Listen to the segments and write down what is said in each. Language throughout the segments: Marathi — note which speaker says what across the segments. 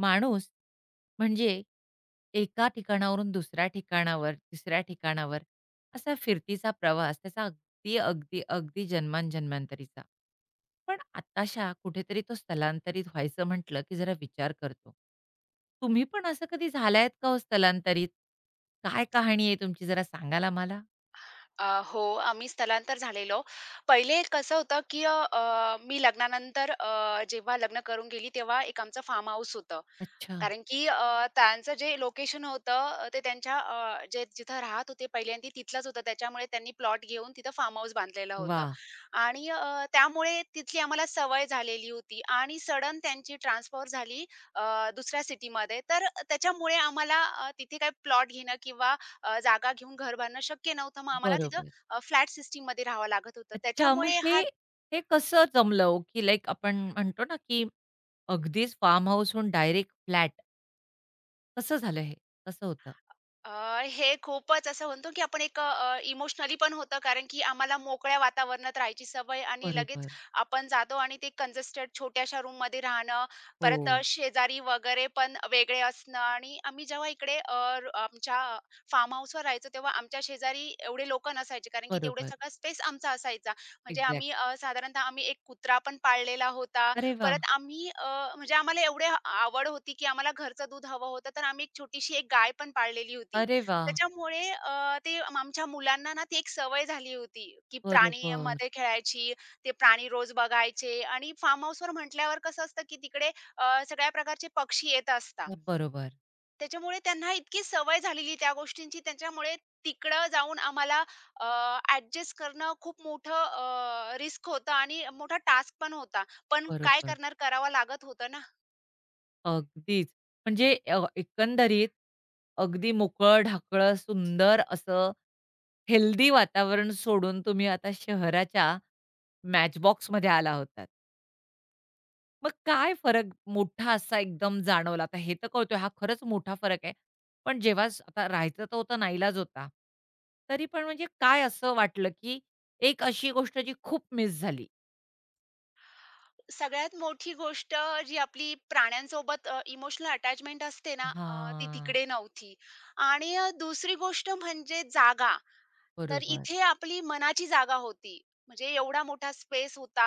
Speaker 1: माणूस म्हणजे एका ठिकाणावरून दुसऱ्या ठिकाणावर, तिसऱ्या ठिकाणावर असा फिरतीचा प्रवास त्याचा अगदी, अगदी, अगदी जन्मांजन्मांतरीचा. पण आताशा कुठेतरी तो स्थलांतरित व्हायचं म्हटलं, की जरा विचार करतो. तुम्ही पण असं कधी झालायत का हो स्थलांतरित? काय कहाणी आहे तुमची जरा सांगाल आम्हाला?
Speaker 2: हो, आम्ही स्थलांतर झालेलो. पहिले कसं होतं, की अ, अ, मी लग्नानंतर, जेव्हा लग्न करून गेली, तेव्हा एक आमचं फार्म हाऊस होतं.
Speaker 1: अच्छा.
Speaker 2: कारण की त्यांचं जे लोकेशन होतं, ते त्यांच्या, जे जिथं राहत होते पहिल्यांदा तिथलंच होतं. त्याच्यामुळे त्यांनी प्लॉट घेऊन तिथं फार्म हाऊस बांधलेलं होतं.
Speaker 1: वाह!
Speaker 2: आणि त्यामुळे तिथली आम्हाला सवय झालेली होती आणि सडन त्यांची ट्रान्सफर झाली दुसऱ्या सिटीमध्ये. तर त्याच्यामुळे आम्हाला तिथे काही प्लॉट घेणं किंवा जागा घेऊन घर बांधणं शक्य नव्हतं. मग आम्हाला तिथं
Speaker 1: बरोबर.
Speaker 2: फ्लॅट सिस्टममध्ये राहावं लागत होतं.
Speaker 1: अच्छा, मग
Speaker 2: त्याच्यामुळे
Speaker 1: हे
Speaker 2: हा.
Speaker 1: हे कसं जमलं हो, की लाइक आपण म्हणतो ना, की अगदीच फार्म हाऊसहून डायरेक्ट फ्लॅट कसं झालं हे? कसं होतं?
Speaker 2: हे खूपच असं म्हणतो की आपण एक, इमोशनली पण होतं, कारण की आम्हाला मोकळ्या वातावरणात राहायची सवय आणि लगेच
Speaker 1: बरोबर.
Speaker 2: आपण जातो आणि ते कंजेस्टेड छोट्याशा रूम मध्ये राहणं.
Speaker 1: हो.
Speaker 2: परत शेजारी वगैरे पण वेगळे असणं. आणि आम्ही जेव्हा इकडे, आमच्या फार्म हाऊसवर राहायचो तेव्हा आमच्या शेजारी एवढे लोक नसायचे, कारण की तेवढे
Speaker 1: बरोबर.
Speaker 2: सगळा स्पेस आमचा असायचा. म्हणजे
Speaker 1: एक्झॅक्ट.
Speaker 2: साधारणतः आम्ही एक कुत्रा पण पाळलेला होता.
Speaker 1: अरे वाह!
Speaker 2: परत आम्ही अ, म्हणजे आम्हाला एवढे आवड होती, की आम्हाला घरचं दूध हवं होतं, तर आम्ही एक छोटीशी एक गाय पण पाळलेली होती.
Speaker 1: अरे वाह!
Speaker 2: त्याच्यामुळे आमच्या मुलांना ना ती एक सवय झाली होती, की
Speaker 1: बरोबर.
Speaker 2: प्राणीमध्ये खेळायची, ते प्राणी रोज बघायचे. आणि फार्म हाऊसवर म्हटल्यावर कसं असतं, की तिकडे सगळ्या प्रकारचे पक्षी येत असतात.
Speaker 1: बरोबर,
Speaker 2: त्याच्यामुळे त्यांना इतकी सवय झालेली त्या गोष्टींची. त्याच्यामुळे तिकडं जाऊन आम्हाला अ, ॲडजस्ट करणं खूप मोठं रिस्क होतं आणि मोठा टास्क पण होता. पण काय
Speaker 1: बरोबर.
Speaker 2: करणार, करावा लागत होतं ना.
Speaker 1: अगदीच. म्हणजे एकंदरीत अगदी मोकळं-ढाकळं, सुंदर असं हेल्दी वातावरण सोडून तुम्ही आता शहराच्या मॅचबॉक्समध्ये आला होतात. मग काय फरक मोठा असा एकदम जाणवला? आता हे तर कळतोय हा खरंच मोठा फरक आहे. पण जेव्हा आता राहायचं तर होतं, नाईलाज होता. तरी पण म्हणजे काय असं वाटलं, की एक अशी गोष्ट जी खूप मिस झाली?
Speaker 2: सगळ्यात मोठी गोष्ट जी आपली प्राण्यांसोबत, इमोशनल अटॅचमेंट असते ना, ती
Speaker 1: हां,
Speaker 2: तिकडे नव्हती. आणि दुसरी गोष्ट म्हणजे जागा. तर
Speaker 1: बरोबर.
Speaker 2: इथे आपली मनाची जागा होती. म्हणजे एवढा मोठा स्पेस होता.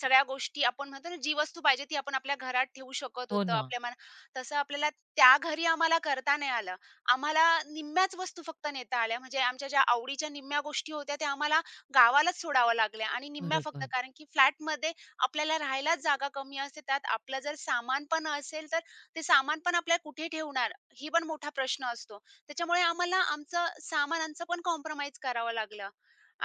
Speaker 2: सगळ्या गोष्टी आपण म्हणतो ना, जी वस्तू पाहिजे ती आपण आपल्या घरात ठेवू शकत
Speaker 1: हो
Speaker 2: होतो.
Speaker 1: ना.
Speaker 2: आपल्या मना तसं आपल्याला त्या घरी आम्हाला करता नाही आलं. आम्हाला निम्म्याच वस्तू फक्त नेता आल्या. म्हणजे आमच्या ज्या आवडीच्या निम्म्या गोष्टी होत्या त्या आम्हाला गावालाच सोडाव्या लागल्या आणि निम्म्या फक्त,
Speaker 1: बरोबर,
Speaker 2: कारण की फ्लॅटमध्ये आपल्याला राहायलाच जागा कमी असते. त्यात आपलं जर सामान पण असेल, तर ते सामान पण आपल्याला कुठे ठेवणार? ही पण मोठा प्रश्न असतो. त्याच्यामुळे आम्हाला आमचं सामानांचं पण कॉम्प्रोमाईज करावं लागलं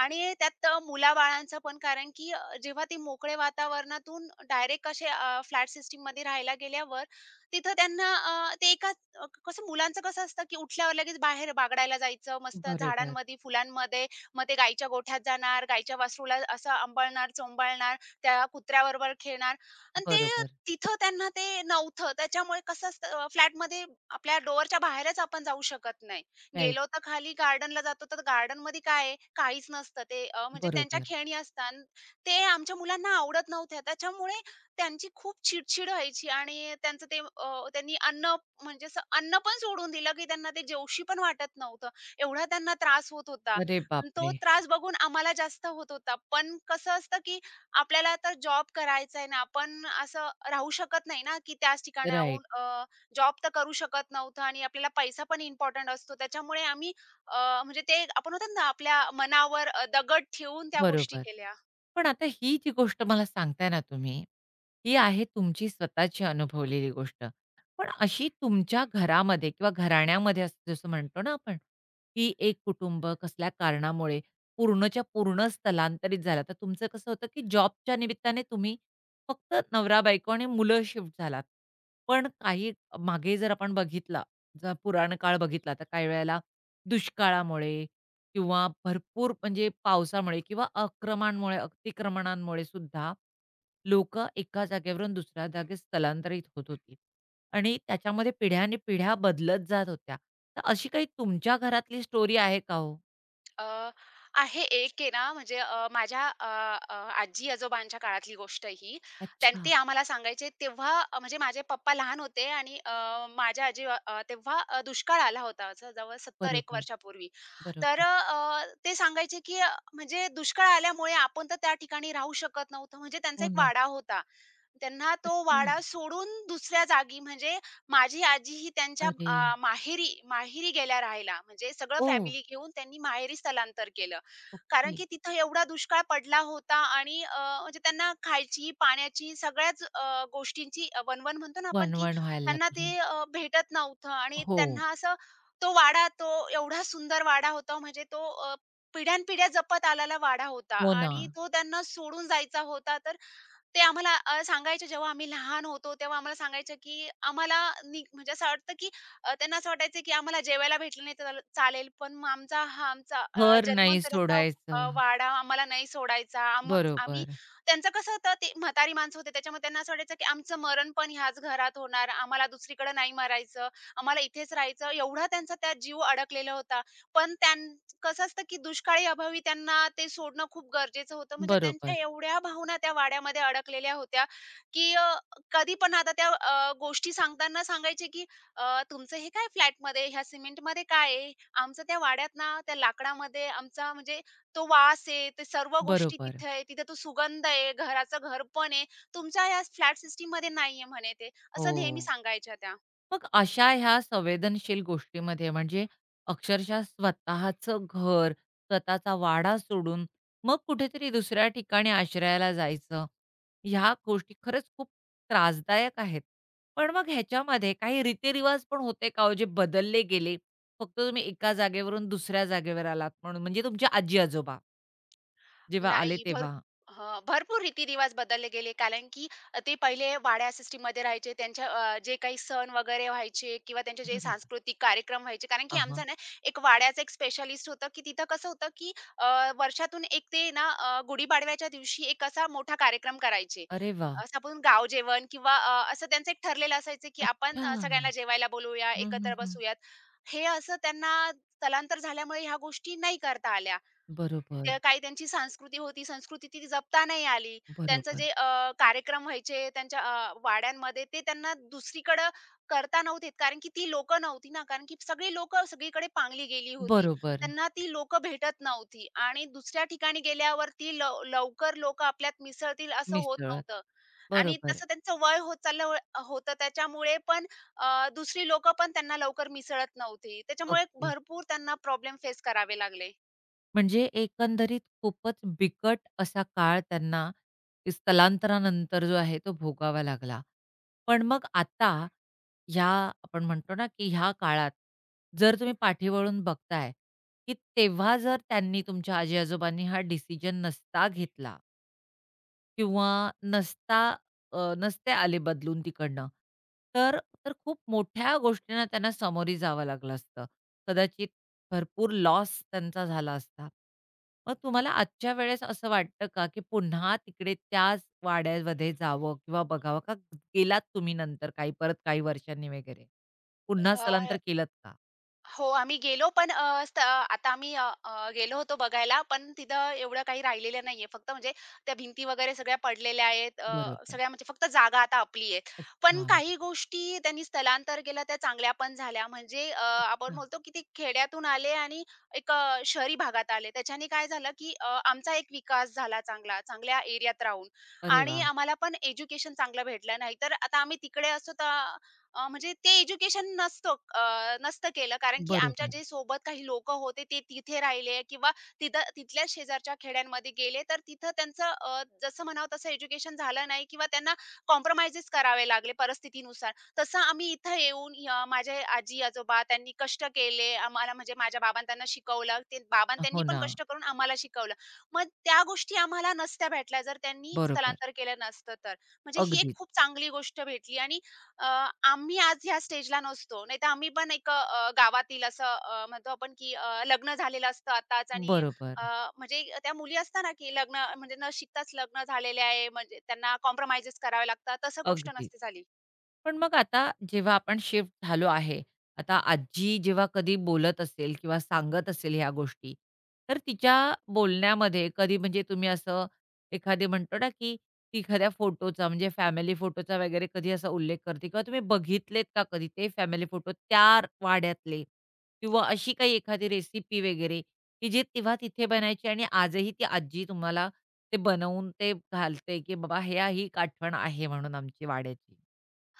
Speaker 2: आणि त्यात मुलाबाळांचं पण, कारण की जेव्हा ते मोकळे वातावरणातून डायरेक्ट असे फ्लॅट सिस्टीममध्ये राहायला गेल्यावर तिथं त्यांना ते एका, कसं मुलांचं कसं असतं, की उठल्यावर लगेच बाहेर बागडायला जायचं मस्त
Speaker 1: बरोबर,
Speaker 2: झाडांमध्ये फुलांमध्ये. मग ते गाईच्या गोठ्यात जाणार, गाईच्या वासरूला असं आंबळणार, चोंबाळणार, त्या कुत्र्याबरोबर खेळणार. आणि ते
Speaker 1: बरोबर.
Speaker 2: तिथं त्यांना ते नव्हतं. त्याच्यामुळे कसं असतं फ्लॅटमध्ये आपल्या डोअरच्या बाहेरच आपण जाऊ शकत नाही.
Speaker 1: राइट.
Speaker 2: गेलो तर खाली गार्डनला जातो, तर गार्डनमध्ये काय आहे, काहीच नसतं. ते म्हणजे त्यांच्या
Speaker 1: बरोबर.
Speaker 2: खेळणी असतात, ते आमच्या मुलांना आवडत नव्हत्या. त्याच्यामुळे त्यांची खूप चिड-चिड व्हायची आणि त्यांचं ते, त्यांनी अन्न म्हणजे असं अन्न पण सोडून दिलं, की त्यांना ते जेवूशी पण वाटत नव्हतं. एवढा त्यांना त्रास होत होता.
Speaker 1: अरे
Speaker 2: अन् तो
Speaker 1: बापरे!
Speaker 2: त्रास बघून आम्हाला जास्त होत होता. पण कसं असतं, की आपल्याला तर जॉब करायचा आहे ना, आपण असं राहू शकत नाही ना, की त्याच ठिकाणाहून
Speaker 1: राइट.
Speaker 2: जॉब तर करू शकत नव्हतो आणि आपल्याला पैसा पण इम्पोर्टंट असतो. त्याच्यामुळे आम्ही, अ, म्हणजे ते आपण म्हणतो ना, आपल्या मनावर दगड ठेवून त्या गोष्टी
Speaker 1: बरोबर.
Speaker 2: केल्या.
Speaker 1: पण आता ही जी गोष्ट मला सांगताय ना तुम्ही, ही आहे तुमची स्वतःची अनुभवलेली गोष्ट. पण अशी तुमच्या घरामध्ये किंवा घराण्यामध्ये असं जसं म्हणतो ना आपण, की एक कुटुंब कसल्या कारणामुळे पूर्णच्या पूर्ण स्थलांतरित झाला. तर तुमचं कसं होतं, की जॉबच्या निमित्ताने तुम्ही फक्त नवरा-बायको आणि मुलं शिफ्ट झालात. पण काही मागे जर आपण बघितला, जर पुराण काळ बघितला, तर काही वेळेला दुष्काळामुळे किंवा भरपूर म्हणजे पावसामुळे किंवा अक्रमणामुळे अतिक्रमणांमुळे सुद्धा लोकं एका जागेवरून दुसऱ्या जागी स्थलांतरित होत होती आणि त्याच्यामध्ये पिढ्यानपिढ्या बदलत जात होत्या. तर अशी काही तुमच्या घरातली स्टोरी आहे का हो?
Speaker 2: अ, आहे, एक आहे ना, म्हणजे माझ्या अ, अ, आजी-आजोबांच्या काळातली गोष्ट आहे ही.
Speaker 1: अच्छा.
Speaker 2: ते आम्हाला सांगायचे तेव्हा, म्हणजे माझे पप्पा लहान होते आणि माझ्या आजी, तेव्हा दुष्काळ आला होता, असं जवळ 70-1
Speaker 1: बरोबर,
Speaker 2: वर्षापूर्वी. तर
Speaker 1: बरोबर.
Speaker 2: ते सांगायचे, की म्हणजे दुष्काळ आल्यामुळे आपण तर त्या ठिकाणी राहू शकत नव्हतो. म्हणजे त्यांचा
Speaker 1: हो
Speaker 2: एक
Speaker 1: ना.
Speaker 2: वाडा होता. त्यांना तो
Speaker 1: अच्छा.
Speaker 2: वाडा सोडून दुसऱ्या जागी, म्हणजे माझी आजी ही त्यांच्या
Speaker 1: अरे!
Speaker 2: माहेरी माहेरी गेल्या राहायला. म्हणजे सगळं
Speaker 1: ओह!
Speaker 2: फॅमिली घेऊन त्यांनी माहेरी स्थलांतर केलं. कारण
Speaker 1: ओके.
Speaker 2: की तिथं एवढा दुष्काळ पडला होता आणि म्हणजे त्यांना खायची, पाण्याची, सगळ्याच गोष्टींची वणवण म्हणतो ना आपण, की
Speaker 1: वणवण व्हायला
Speaker 2: त्यांना
Speaker 1: लागली.
Speaker 2: ते भेटत नव्हतं आणि
Speaker 1: हो.
Speaker 2: त्यांना असं. तो वाडा, तो एवढा सुंदर वाडा होता, म्हणजे तो, पिढ्यानपिढ्या जपत आलेला वाडा होता
Speaker 1: हो ना.
Speaker 2: आणि तो त्यांना सोडून जायचा होता. तर ते आम्हाला सांगायचे, जेव्हा आम्ही लहान होतो तेव्हा आम्हाला सांगायचं, की आम्हाला म्हणजे असं वाटतं, की त्यांना असं वाटायचं, की आम्हाला जेवायला भेटलं नाही तर चालेल, पण मग आमचा
Speaker 1: घर नाही
Speaker 2: जन्मांतराचा,
Speaker 1: सोडायचं.
Speaker 2: वाडा आम्हाला नाही सोडायचा. मग आम्ही.
Speaker 1: बरोबर,
Speaker 2: त्यांचं कसं होतं, ते म्हातारी माणसं होते, त्याच्यामुळे त्यांना असं वाटायचं, की आमचं मरण पण ह्याच घरात होणार. आम्हाला दुसरीकडे नाही मरायचं. आम्हाला इथेच राहायचं. एवढा त्यांचा त्यात जीव अडकलेला होता. पण कसं असतं, की दुष्काळी अभावी त्यांना ते सोडणं खूप गरजेचं होतं. म्हणजे त्यांच्या
Speaker 1: बरोबर,
Speaker 2: एवढ्या भावना त्या वाड्यामध्ये अडकलेल्या होत्या, की कधी पण आता त्या गोष्टी सांगताना सांगायचे, की, तुमचं हे काय फ्लॅटमध्ये, ह्या सिमेंटमध्ये काय आहे? आमचं त्या वाड्यात ना, त्या लाकडामध्ये आमचा म्हणजे तो वास आहे, ते सर्व गोष्टी
Speaker 1: बरोबर.
Speaker 2: तिथे आहे. तिथे तो सुगंध आहे, घराचं घरपण आहे. तुमच्या या फ्लॅट सिस्टममध्ये नाहीये," म्हणे ते. असं नेहमी
Speaker 1: हो.
Speaker 2: सांगायच्या त्या.
Speaker 1: मग अशा ह्या संवेदनशील गोष्टीमध्ये म्हणजे अक्षरशः स्वतःचं घर, स्वतःचा वाडा सोडून मग कुठेतरी दुसऱ्या ठिकाणी आश्रयाला जायचं, ह्या गोष्टी खरंच खूप त्रासदायक आहेत. पण मग ह्याच्यामध्ये काही रीतिरिवाज पण होते का हो, जे बदलले गेले? फक्त तुम्ही एका जागेवरून दुसऱ्या जागेवर आलात म्हणून म्हणजे तुमचे आजी-आजोबा जेव्हा आले
Speaker 2: नाही.
Speaker 1: तेव्हा?
Speaker 2: हां, भरपूर रीतिरिवाज बदलले गेले. कारण की ते पहिले वाड्या सिस्टममध्ये राहायचे. त्यांच्या जे काही सण वगैरे व्हायचे किंवा त्यांचे जे
Speaker 1: बरोबर.
Speaker 2: सांस्कृतिक कार्यक्रम व्हायचे. कारण की
Speaker 1: आ
Speaker 2: आमचा ना एक वाड्याचा एक स्पेशालिस्ट होता, की तिथं कसं होतं, की वर्षातून एक ते ना अ, गुढीपाडव्याच्या दिवशी एक असा मोठा कार्यक्रम करायचे.
Speaker 1: अरे वाह!
Speaker 2: असं आपण गावजेवण किंवा असं त्यांचं एक ठरलेलं असायचं, की आपण
Speaker 1: अच्छा.
Speaker 2: सगळ्यांना जेवायला बोलवूया,
Speaker 1: हं, हं,
Speaker 2: एकत्र
Speaker 1: हं.
Speaker 2: बसूयात. हे असं त्यांना स्थलांतर झाल्यामुळे ह्या गोष्टी नाही करता आल्या. ते
Speaker 1: बरोबर,
Speaker 2: काही त्यांची संस्कृती होती, संस्कृती ती जपता नाही आली. त्यांचं
Speaker 1: बरोबर,
Speaker 2: जे कार्यक्रम व्हायचे त्यांच्या वाड्यांमध्ये, ते त्यांना दुसरीकडं करता नव्हते येत, कारण की ती लोकं नव्हती ना, कारण की सगळी लोकं सगळीकडे पांगली गेली होती.
Speaker 1: बरोबर.
Speaker 2: त्यांना ती लोकं भेटत नव्हती आणि दुसऱ्या ठिकाणी गेल्यावरती लवकर लोकं आपल्यात मिसळतील असं होत
Speaker 1: मिसळत.
Speaker 2: नव्हतं. आणि
Speaker 1: बरोबर.
Speaker 2: तसं त्यांचं वय होत चाललं होतं, त्याच्यामुळे पण, दुसरी लोकं पण त्यांना लवकर मिसळत नव्हती. त्याच्यामुळे
Speaker 1: अगदीच.
Speaker 2: भरपूर त्यांना प्रॉब्लेम फेस करावे लागले.
Speaker 1: म्हणजे एकंदरीत खूपच बिकट असा काळ त्यांना स्थलांतरानंतर जो आहे तो भोगावा लागला. पण मग आता ह्या आपण म्हणतो ना, की ह्या काळात जर तुम्ही पाठीवळून बघताय, की तेव्हा जर त्यांनी तुमच्या आजी-आजोबांनी हा डिसिजन नसता घेतला किंवा नसता नसते आले बदलून तिकडनं. तर तर खूप मोठ्या गोष्टींना त्यांना सामोरी जावं लागलं असतं. कदाचित भरपूर लॉस त्यांचा झाला असता. मग तुम्हाला आजच्या वेळेस असं वाटतं का, की पुन्हा तिकडे त्याच वाड्यामध्ये जावं किंवा बघावं का, गेलात तुम्ही नंतर काही परत काही वर्षांनी वगैरे? पुन्हा
Speaker 2: अ,
Speaker 1: स्थलांतर केलत का?
Speaker 2: हो, आम्ही गेलो. पण अ, स्त आता आम्ही, अ, अ, गेलो होतो बघायला, पण तिथं एवढं काही राहिलेलं नाहीये. फक्त म्हणजे त्या भिंती वगैरे सगळ्या पडलेल्या आहेत.
Speaker 1: बरोबर.
Speaker 2: सगळ्या म्हणजे फक्त जागा आता आपली आहे. पण
Speaker 1: अच्छा.
Speaker 2: काही गोष्टी त्यांनी स्थलांतर केलं त्या चांगल्या पण झाल्या. म्हणजे आपण
Speaker 1: हां.
Speaker 2: बोलतो की ते खेड्यातून आले आणि एक, शहरी भागात आले. त्याच्याने काय झालं, की आमचा एक विकास झाला चांगला, चांगल्या एरियात राहून
Speaker 1: अरे
Speaker 2: आणि
Speaker 1: वाह!
Speaker 2: आम्हाला पण एज्युकेशन चांगलं भेटलं. नाहीतर आता आम्ही तिकडे असतो तर, म्हणजे ते एज्युकेशन नसतं, केलं, कारण की आमच्या
Speaker 1: बरोबर.
Speaker 2: जे सोबत काही लोक होते ते तिथे राहिले किंवा तिथल्या शेजारच्या खेड्यांमध्ये गेले, तर तिथं त्यांचं जसं म्हणावं तसं एज्युकेशन झालं नाही किंवा त्यांना कॉम्प्रोमाइजेस करावे लागले परिस्थितीनुसार. तसं आम्ही इथं माझे आजी आजोबा त्यांनी कष्ट केले आम्हाला. म्हणजे माझ्या बाबां त्यांना शिकवलं, ते बाबां त्यांनी
Speaker 1: हो
Speaker 2: पण
Speaker 1: ना.
Speaker 2: कष्ट करून आम्हाला शिकवलं. मग त्या गोष्टी आम्हाला नसत्या भेटल्या जर त्यांनी
Speaker 1: बरोबर.
Speaker 2: स्थलांतर केलं नसतं तर. म्हणजे ही एक
Speaker 1: अगदीच.
Speaker 2: खूप चांगली गोष्ट भेटली. आणि अ, आम्ही आज ह्या स्टेजला नसतो. नाहीतर आम्ही पण एक, गावातील असं, म्हणतो आपण की, लग्न झालेलं असतं आताच. आणि
Speaker 1: बरोबर.
Speaker 2: अ, म्हणजे त्या मुली असतात ना, की लग्न, म्हणजे न शिकताच लग्न झालेले आहे, म्हणजे त्यांना कॉम्प्रोमाइज करावे लागतात. तसं गोष्ट
Speaker 1: अगदीच.
Speaker 2: नसते झाली.
Speaker 1: पण मग आता जेव्हा आपण शिफ्ट झालो आहे, आता आजी जेव्हा कधी बोलत असेल किंवा सांगत असेल ह्या गोष्टी, तर तिच्या बोलण्यामध्ये कधी म्हणजे तुम्ही असं एखादी म्हणतो ना, की ती एखाद्या फोटोचा म्हणजे फॅमिली फोटोचा वगैरे कधी असा उल्लेख करते किंवा तुम्ही बघितलेत का कधी ते फॅमिली फोटो त्या वाड्यातले? किंवा अशी काही एखादी रेसिपी वगैरे, की जी तेव्हा तिथे बनायची आणि आजही ती आजी तुम्हाला ते बनवून ते घालते, की बाबा ह्या ही एक आठवण आहे म्हणून आमची वाड्याची?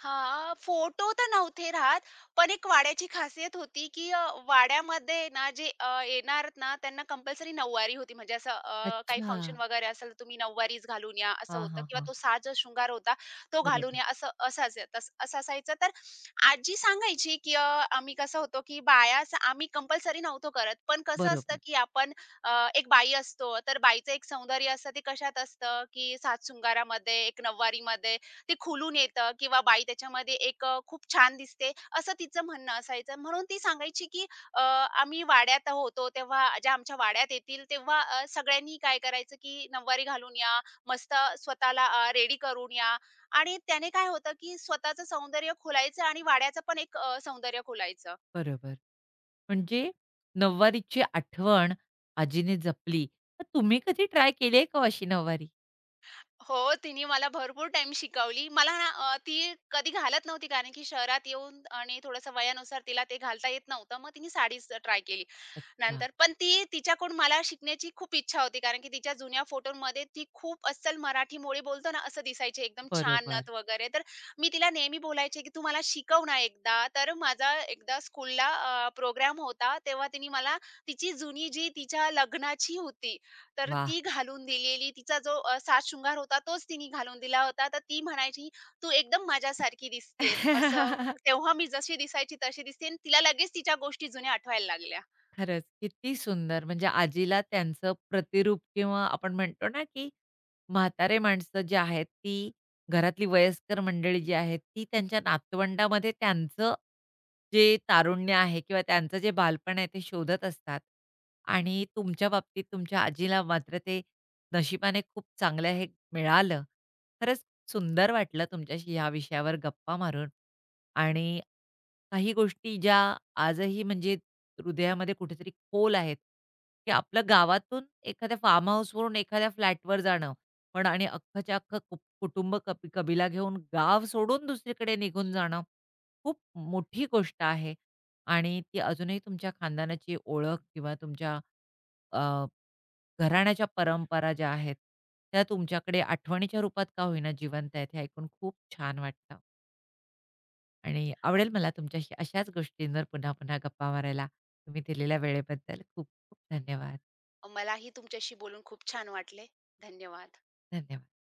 Speaker 2: हां, फोटो तर नव्हते राहत, पण एक वाड्याची खासियत होती, की वाड्यामध्ये ना जे येणार ना, त्यांना कंपल्सरी नऊवारी होती. म्हणजे असं काही
Speaker 1: अच्छा.
Speaker 2: फंक्शन वगैरे असेल, तर तुम्ही नऊवारीच घालून या, असं
Speaker 1: हां,
Speaker 2: होतं,
Speaker 1: हां,
Speaker 2: किंवा
Speaker 1: हां.
Speaker 2: तो साज शृंगार होता, तो घालून
Speaker 1: बरोबर,
Speaker 2: या, असं असं असे तस असं असायचं. तर आजी सांगायची, की आम्ही कसं होतो, की आम्ही कंपल्सरी नव्हतो करत, पण कसं असतं,
Speaker 1: बरोबर,
Speaker 2: की आपण एक बाई असतो, तर बाईचं एक सौंदर्य असतं, ते कशात असतं, की साज शृंगारामध्ये, एक नऊवारीमध्ये ते खुलून येतं, किंवा बाई त्याच्यामध्ये एक, खूप छान दिसते, असं तिचं म्हणणं असायचं. म्हणून ती सांगायची, की अ, आम्ही वाड्यात होतो तेव्हा ज्या आमच्या वाड्यात येतील तेव्हा सगळ्यांनी काय करायचं, की नऊवारी घालून या, मस्त स्वतःला रेडी करून या, आणि त्याने काय होतं, की स्वतःचं सौंदर्य खुलायचं आणि वाड्याचं पण एक, सौंदर्य खुलायचं.
Speaker 1: बरोबर. म्हणजे नऊवारीची आठवण आजीने जपली. तर तुम्ही कधी ट्राय केली आहे का हो अशी नऊवारी?
Speaker 2: हो, तिने मला भरपूर टाईम शिकवली. मला ना, ती कधी घालत नव्हती, कारण की शहरात येऊन आणि थोडंसं वयानुसार तिला ते घालता येत नव्हतं. मग तिने साडीच ट्राय केली.
Speaker 1: अच्छा.
Speaker 2: नंतर पण ती तिच्याकडून मला शिकण्याची खूप इच्छा होती, कारण की तिच्या जुन्या फोटोमध्ये ती खूप अस्सल मराठीमोळी बोलतो ना, असं दिसायची एकदम छान
Speaker 1: बरोबर.
Speaker 2: नथ वगैरे. तर मी तिला नेहमी बोलायचे, की "तू मला शिकव ना एकदा." तर माझा एकदा स्कूलला प्रोग्राम होता, तेव्हा तिने मला तिची जुनी, जी तिच्या लग्नाची होती, तर
Speaker 1: वाह!
Speaker 2: ती घालून दिलेली. तिचा जो साजशृंगार होता, तोच तिने घालून दिला होता. तर ती म्हणायची, "तू एकदम माझ्यासारखी दिसतेय." असं. तेव्हा मी जशी दिसायची तशी दिसते आणि तिला लगेच तिच्या गोष्टी जुन्या आठवायला लागल्या.
Speaker 1: खरंच, किती सुंदर! म्हणजे आजीला त्यांचं प्रतिरूप किंवा आपण म्हणतो ना, की म्हातारे माणसं जी आहेत, ती घरातली वयस्कर मंडळी जी आहेत, ती त्यांच्या नातवंडामध्ये त्यांचं जे तारुण्य आहे किंवा त्यांचं जे बालपण आहे, ते शोधत असतात. आणि तुमच्या बाबतीत तुमच्या आजीला मात्र ते नशिबाने खूप चांगलं हे मिळालं. खरंच सुंदर वाटलं तुमच्याशी ह्या विषयावर गप्पा मारून आणि काही गोष्टी ज्या आजही म्हणजे हृदयामध्ये कुठेतरी खोल आहेत, की आपलं गावातून एखाद्या फार्म हाऊसवरून एखाद्या फ्लॅटवर जाणं, पण आणि अख्खच्या अख्खं कु कुटुंब कबी कबिला घेऊन गाव सोडून दुसरीकडे निघून जाणं, खूप मोठी गोष्ट आहे आणि ती अजूनही तुमच्या खानदानाची ओळख किंवा तुमच्या अ, घराण्याच्या परंपरा ज्या आहेत, त्या तुमच्याकडे आठवणीच्या रूपात का होईना जिवंत आहेत, हे ऐकून खूप छान वाटलं. आणि आवडेल मला तुमच्याशी अशाच गोष्टींवर पुन्हा पुन्हा गप्पा मारायला. तुम्ही दिलेल्या वेळेबद्दल खूप खूप धन्यवाद.
Speaker 2: मलाही तुमच्याशी बोलून खूप छान वाटले. धन्यवाद.
Speaker 1: धन्यवाद.